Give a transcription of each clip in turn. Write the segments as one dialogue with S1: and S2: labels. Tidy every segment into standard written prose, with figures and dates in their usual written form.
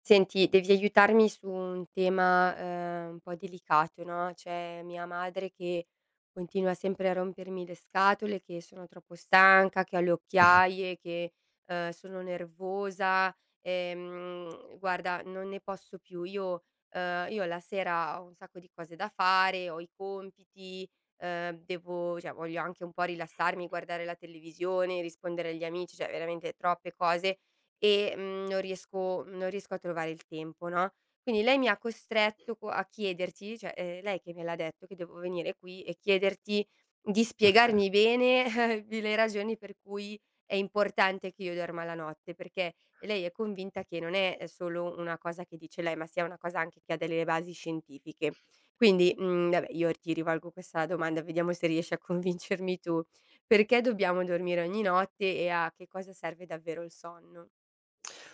S1: Senti, devi aiutarmi su un tema, un po' delicato, no, c'è mia madre che continua sempre a rompermi le scatole, che sono troppo stanca, che ho le occhiaie, che, sono nervosa. Guarda, non ne posso più. Io la sera ho un sacco di cose da fare, ho i compiti, devo cioè voglio anche un po' rilassarmi, guardare la televisione, rispondere agli amici, cioè veramente troppe cose e, non riesco a trovare il tempo, no, quindi lei mi ha costretto co a chiederti cioè, lei che me l'ha detto che devo venire qui e chiederti di spiegarmi bene di le ragioni per cui è importante che io dorma la notte, perché lei è convinta che non è solo una cosa che dice lei, ma sia una cosa anche che ha delle basi scientifiche. Quindi, vabbè, io ti rivolgo questa domanda, vediamo se riesci a convincermi tu: perché dobbiamo dormire ogni notte e a che cosa serve davvero il sonno?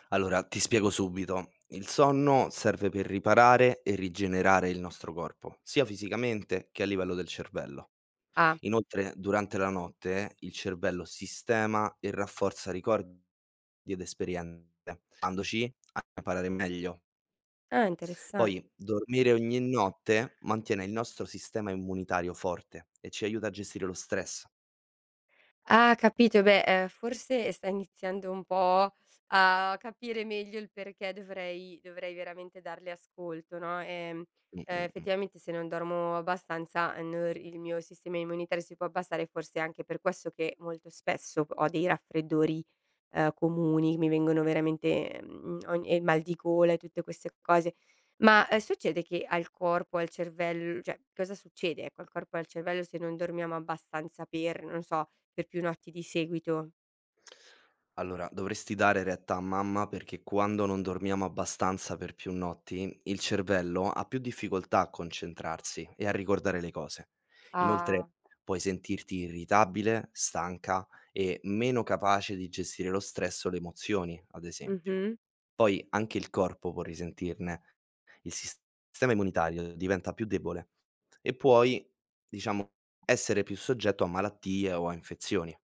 S2: Allora, ti spiego subito. Il sonno serve per riparare e rigenerare il nostro corpo, sia fisicamente che a livello del cervello.
S1: Ah.
S2: Inoltre, durante la notte il cervello sistema e rafforza ricordi ed esperienze, aiutandoci a imparare meglio.
S1: Ah, interessan
S2: Poi, dormire ogni notte mantiene il nostro sistema immunitario forte e ci aiuta a gestire lo stress.
S1: Ah, capito. E beh, forse stai iniziando un po' a capire meglio il perché dovrei veramente darle ascolto, no,
S2: Mm, mm, mm.
S1: effettivamente se non dormo abbastanza, n il mio sistema immunitario si può abbassare, forse è anche per questo che molto spesso ho dei raffreddori, comuni, mi vengono veramente, mhmm, ogn e il mal di gola e tutte queste cose. Ma, succede che al corpo, al cervello cioè cosa succede, ecco, al corpo e al cervello se non dormiamo abbastanza per, non so, per più notti di seguito.
S2: Allora, dovresti dare retta a mamma perché quando non dormiamo abbastanza per più notti, il cervello ha più difficoltà a concentrarsi e a ricordare le cose. Inoltre,
S1: Ah.
S2: puoi sentirti irritabile, stanca e meno capace di gestire lo stress o le emozioni, ad esempio.
S1: Mh-mh.
S2: Poi anche il corpo può risentirne, il sistema immunitario diventa più debole e puoi, diciamo, essere più soggetto a malattie o a infezioni.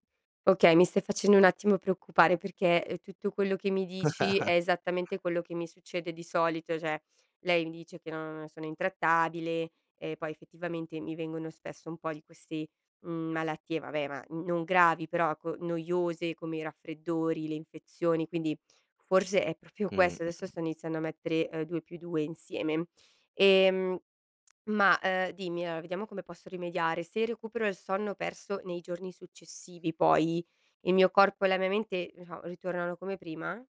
S1: Okay, mi stai facendo un attimo preoccupare perché, tutto quello che mi dici è esattamente quello che mi succede di solito, cioè lei mi dice che non sono intrattabile e poi effettivamente mi vengono spesso un po' di queste, malattie, vabbè, ma non gravi, però ecco noiose come i raffreddori, le infezioni, quindi forse è proprio
S2: Mm.
S1: questo. Adesso sto iniziando a mettere, 2 più 2 insieme. Ehm Ma, dimmi, allora vediamo come posso rimediare. Se recupero il sonno perso nei giorni successivi poi, il mio corpo e la mia mente, diciamo, ritornano come prima?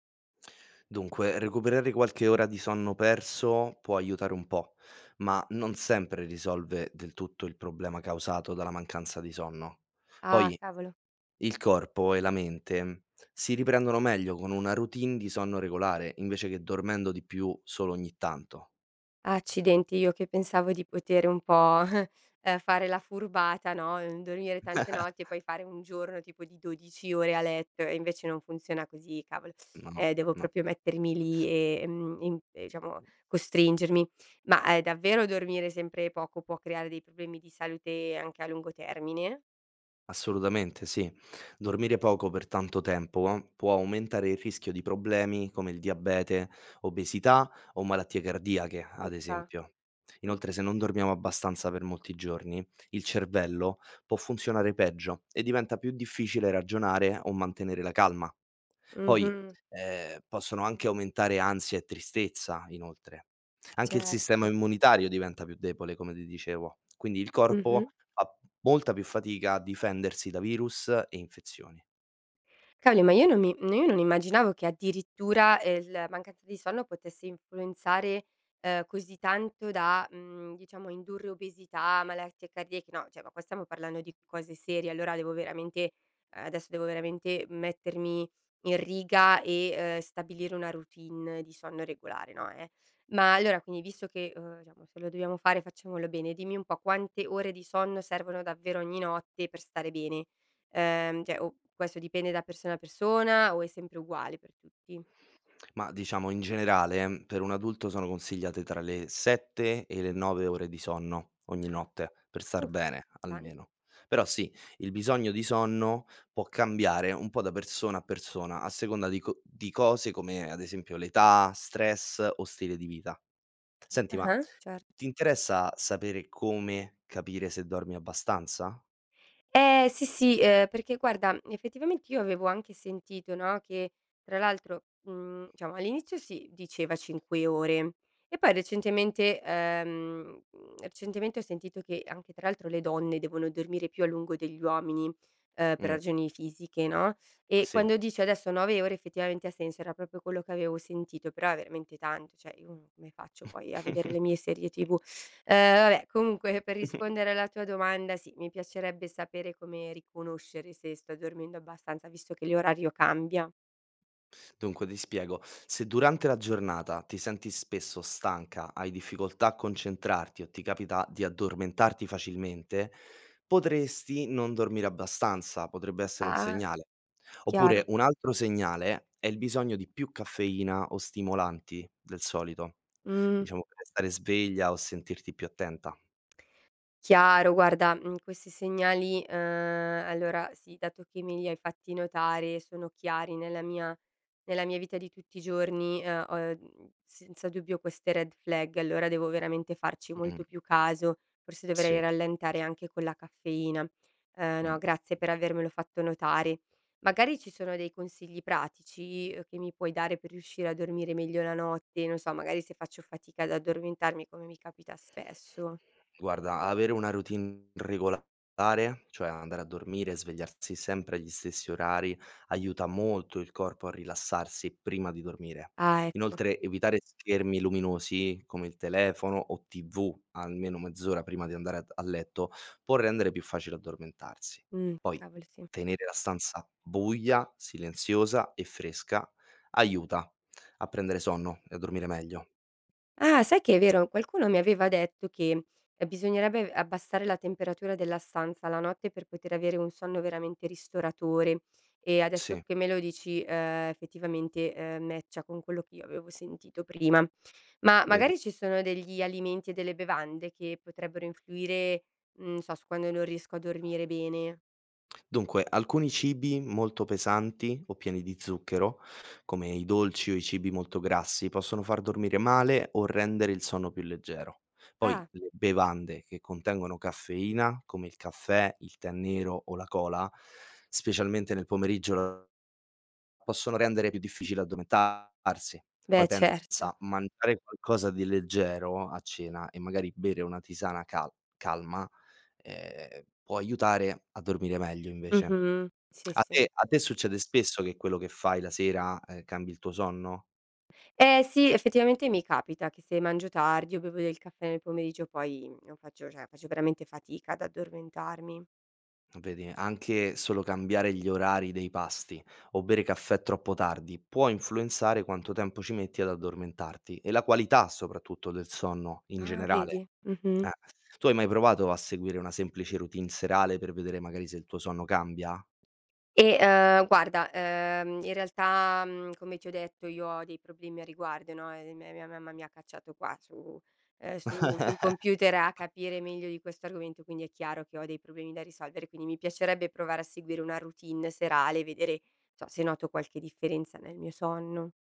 S2: Dunque, recuperare qualche ora di sonno perso può aiutare un po', ma non sempre risolve del tutto il problema causato dalla mancanza di sonno.
S1: Ah,
S2: Poi
S1: cavolo.
S2: il corpo e la mente si riprendono meglio con una routine di sonno regolare, invece che dormendo di più solo ogni tanto.
S1: Accidenti, io che pensavo di poter un po', fare la furbata, no, dormire tante notti e poi fare un giorno tipo di 12 ore a letto e invece non funziona così, cavolo.
S2: No,
S1: Devo
S2: no.
S1: proprio mettermi lì e, mhmm, in diciamo costringermi. Ma, davvero dormire sempre poco può creare dei problemi di salute anche a lungo termine?
S2: Assolutamente sì. Dormire poco per tanto tempo può aumentare il rischio di problemi come il diabete, obesità o malattie cardiache, ad
S1: Urca.
S2: esempio.
S1: Mh.
S2: Inoltre, se non dormiamo abbastanza per molti giorni, il cervello può funzionare peggio e diventa più difficile ragionare o mantenere la calma. Poi
S1: Mh-mh.
S2: possono anche aumentare ansia e tristezza, inoltre. Anche il sistema
S1: Certo.
S2: immunitario diventa più debole, come ti dicevo. Quindi il
S1: Mh-mh.
S2: corpo fa molta più fatica a difendersi da virus e infezioni.
S1: Cavoli, ma io non immaginavo che addirittura, la mancanza di sonno potesse influenzare, così tanto da, diciamo indurre obesità, malattie cardiache. No, cioè, ma qua stiamo parlando di cose serie, allora devo veramente adesso devo veramente mettermi in riga e, stabilire una routine di sonno regolare, no, eh. Ma allora quindi visto che, diciamo se lo dobbiamo fare facciamolo bene, dimmi un po' quante ore di sonno servono davvero ogni notte per stare bene? Cioè o questo dipende da persona a persona o è sempre uguale per tutti?
S2: Ma diciamo in generale per un adulto sono consigliate tra le 7 e le 9 ore di sonno ogni
S1: Ah,
S2: notte, per star
S1: uh,
S2: bene
S1: tanto.
S2: almeno. Però sì, il bisogno di sonno può cambiare un po' da persona a persona, a seconda di co di cose come ad esempio l'età, stress o stile di vita. Senti, ma
S1: Ah-ah, cer
S2: ti interessa sapere come capire se dormi abbastanza?
S1: Eh sì, sì, perché guarda, effettivamente io avevo anche sentito, no, che tra l'altro, diciamo all'inizio si diceva 5 ore e poi recentemente ho sentito che anche tra l'altro le donne devono dormire più a lungo degli uomini, per
S2: Mh,
S1: ragioni fisiche, no, e
S2: sì.
S1: quando dice adesso 9 ore effettivamente ha senso, era proprio quello che avevo sentito, però è veramente tanto, cioè io come faccio poi a vedere le mie serie TV? Vabbè, comunque per rispondere alla tua domanda, sì, mi piacerebbe sapere come riconoscere se sto dormendo abbastanza, visto che l'orario cambia.
S2: Dunque ti spiego, se durante la giornata ti senti spesso stanca, hai difficoltà a concentrarti o ti capita di addormentarti facilmente, potresti non dormire abbastanza, potrebbe essere un
S1: Ah.
S2: segnale.
S1: Chiaro.
S2: Oppure un altro segnale è il bisogno di più caffeina o stimolanti del solito,
S1: Mh.
S2: diciamo per stare sveglia o sentirti più attenta.
S1: Chiaro, guarda, questi segnali, allora sì, dato che me li hai fatti notare, sono chiari nella mia vita di tutti i giorni, ho, senza dubbio queste red flag, allora devo veramente farci
S2: Mh,
S1: molto più caso, forse dovrei
S2: sì,
S1: rallentare anche con la caffeina. No,
S2: mh.
S1: grazie per avermelo fatto notare. Magari ci sono dei consigli pratici, che mi puoi dare per riuscire a dormire meglio la notte, non so, magari se faccio fatica ad addormentarmi, come mi capita spesso.
S2: Guarda, avere una routine regolare, cioè andare a dormire e svegliarsi sempre agli stessi orari, aiuta molto il corpo a rilassarsi prima di dormire.
S1: Ah, ecco.
S2: Inoltre, evitare schermi luminosi come il telefono o TV almeno mezz'ora prima di andare a letto può rendere più facile addormentarsi. Poi,
S1: Cavoli sì.
S2: tenere la stanza buia, silenziosa e fresca aiuta a prendere sonno e a dormire meglio.
S1: Ah, sai che è vero, qualcuno mi aveva detto che, bisognerebbe abbassare la temperatura della stanza la notte per poter avere un sonno veramente ristoratore e adesso
S2: Sì,
S1: che me lo dici, effettivamente, matcha con quello che io avevo sentito prima. Ma
S2: vedi?
S1: magari ci sono degli alimenti e delle bevande che potrebbero influire, non so, su quando non riesco a dormire bene?
S2: Dunque, alcuni cibi molto pesanti o pieni di zucchero, come i dolci o i cibi molto grassi, possono far dormire male o rendere il sonno più leggero. Poi
S1: Ah,
S2: le bevande che contengono caffeina, come il caffè, il tè nero o la cola, specialmente nel pomeriggio, possono rendere più difficile addormentarsi. Poi
S1: beh certo.
S2: pensa, mangiare qualcosa di leggero a cena e magari bere una tisana calma può aiutare a dormire meglio invece.
S1: Mh-mh. Sì,
S2: A
S1: sì.
S2: te a te succede spesso che quello che fai la sera, cambi il tuo sonno?
S1: Eh sì, effettivamente mi capita che se mangio tardi o bevo del caffè nel pomeriggio poi non faccio cioè, faccio veramente fatica ad addormentarmi.
S2: Vedi, anche solo cambiare gli orari dei pasti o bere caffè troppo tardi può influenzare quanto tempo ci metti ad addormentarti e la qualità soprattutto del sonno in
S1: Ah,
S2: generale.
S1: vedi? Mh-mh.
S2: Eh. Tu hai mai provato a seguire una semplice routine serale per vedere magari se il tuo sonno cambia?
S1: E, guarda, in realtà, come ti ho detto io ho dei problemi a riguardo, no, mia mamma mi ha cacciato qua su su sul computer a capire meglio di questo argomento, quindi è chiaro che ho dei problemi da risolvere, quindi mi piacerebbe provare a seguire una routine serale e vedere, se noto qualche differenza nel mio sonno.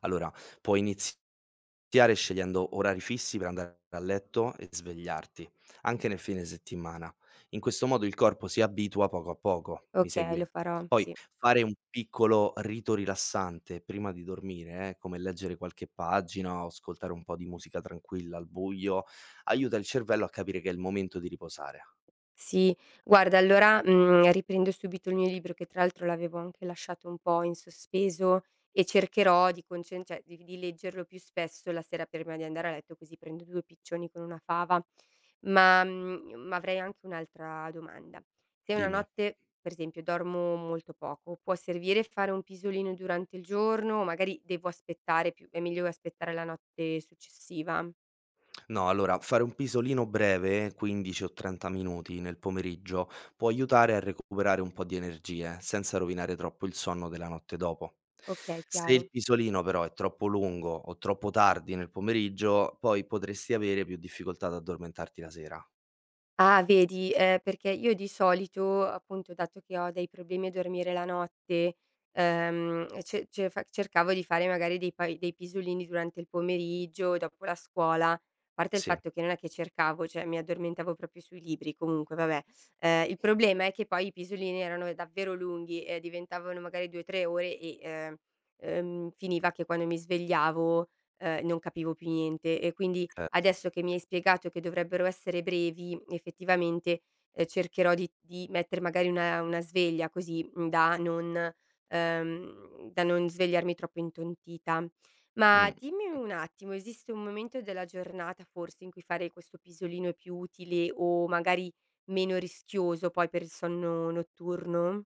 S2: Allora, puoi iniziare scegliendo orari fissi per andare a letto e svegliarti, anche nel fine settimana. In questo modo il corpo si abitua poco a poco, mi
S1: Okay, lo
S2: segui?
S1: farò,
S2: Poi
S1: sì.
S2: fare un piccolo rito rilassante prima di dormire, come leggere qualche pagina o ascoltare un po' di musica tranquilla al buio, aiuta il cervello a capire che è il momento di riposare.
S1: Sì, guarda allora, riprendo subito il mio libro che tra l'altro l'avevo anche lasciato un po' in sospeso e cercherò di concen cioè di leggerlo più spesso la sera prima di andare a letto, così prendo 2 piccioni con una fava. Ma avrei anche un'altra domanda. Se una
S2: Dimmi.
S1: notte, per esempio, dormo molto poco, può servire fare un pisolino durante il giorno o magari devo aspettare più è meglio aspettare la notte successiva?
S2: No, allora fare un pisolino breve, 15 o 30 minuti nel pomeriggio, può aiutare a recuperare un po' di energie, senza rovinare troppo il sonno della notte dopo.
S1: Okay,
S2: Se
S1: chiaro.
S2: il pisolino però è troppo lungo o troppo tardi nel pomeriggio, poi potresti avere più difficoltà ad addormentarti la sera.
S1: Ah vedi, perché io di solito, appunto, dato che ho dei problemi a dormire la notte, ce ce fa cercavo di fare magari dei pisolini durante il pomeriggio, dopo la scuola. A parte il
S2: Sì,
S1: fatto che non è che cercavo, cioè mi addormentavo proprio sui libri, comunque vabbè. Il problema è che poi i pisolini erano davvero lunghi e diventavano magari 2, 3 ore e, finiva che quando mi svegliavo, non capivo più niente e quindi.
S2: certo.
S1: Adesso che mi hai spiegato che dovrebbero essere brevi, effettivamente, cercherò di mettere magari una sveglia così, da non svegliarmi troppo intontita. Ma
S2: Mm.
S1: dimmi un attimo, esiste un momento della giornata forse in cui fare questo pisolino è più utile o magari meno rischioso poi per il sonno notturno?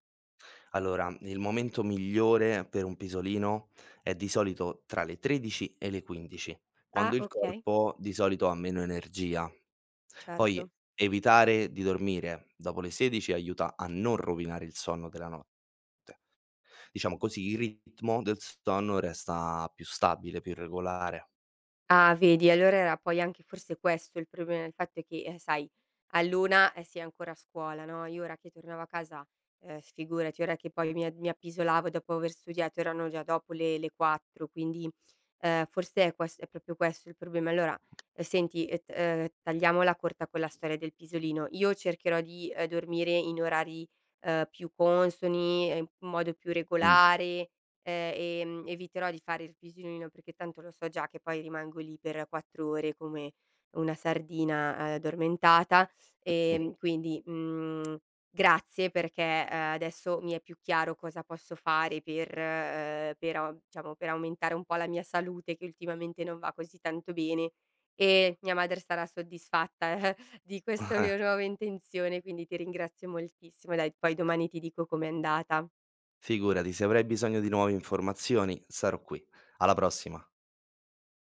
S2: Allora, il momento migliore per un pisolino è di solito tra le 13 e le 15,
S1: Ah,
S2: quando il
S1: okay,
S2: corpo di solito ha meno energia. Poi
S1: certo.
S2: evitare di dormire dopo le 16 aiuta a non rovinare il sonno della notte. Diciamo così il ritmo del sonno resta più stabile, più regolare.
S1: Ah, vedi, allora era poi anche forse questo il problema, il fatto che, sai, all'una, sei ancora a scuola, no, io ora che tornavo a casa, figurati, ora che poi mi appisolavo dopo aver studiato, erano già dopo le 4, quindi, forse è proprio questo il problema. Allora, senti, t tagliamola corta con la storia del pisolino. Io cercherò di, dormire in orari, più consoni, in modo più
S2: Mh.
S1: regolare. Eviterò di fare il pisolino perché tanto lo so già che poi rimango lì per 4 ore come una sardina, addormentata. Quindi, grazie perché, adesso mi è più chiaro cosa posso fare per au diciamo, per aumentare un po' la mia salute che ultimamente non va così tanto bene e mia madre sarà soddisfatta di questa mia nuova intenzione, quindi ti ringrazio moltissimo. Dai, poi domani ti dico com'è andata.
S2: Figurati, se avrai bisogno di nuove informazioni sarò qui. Alla prossima.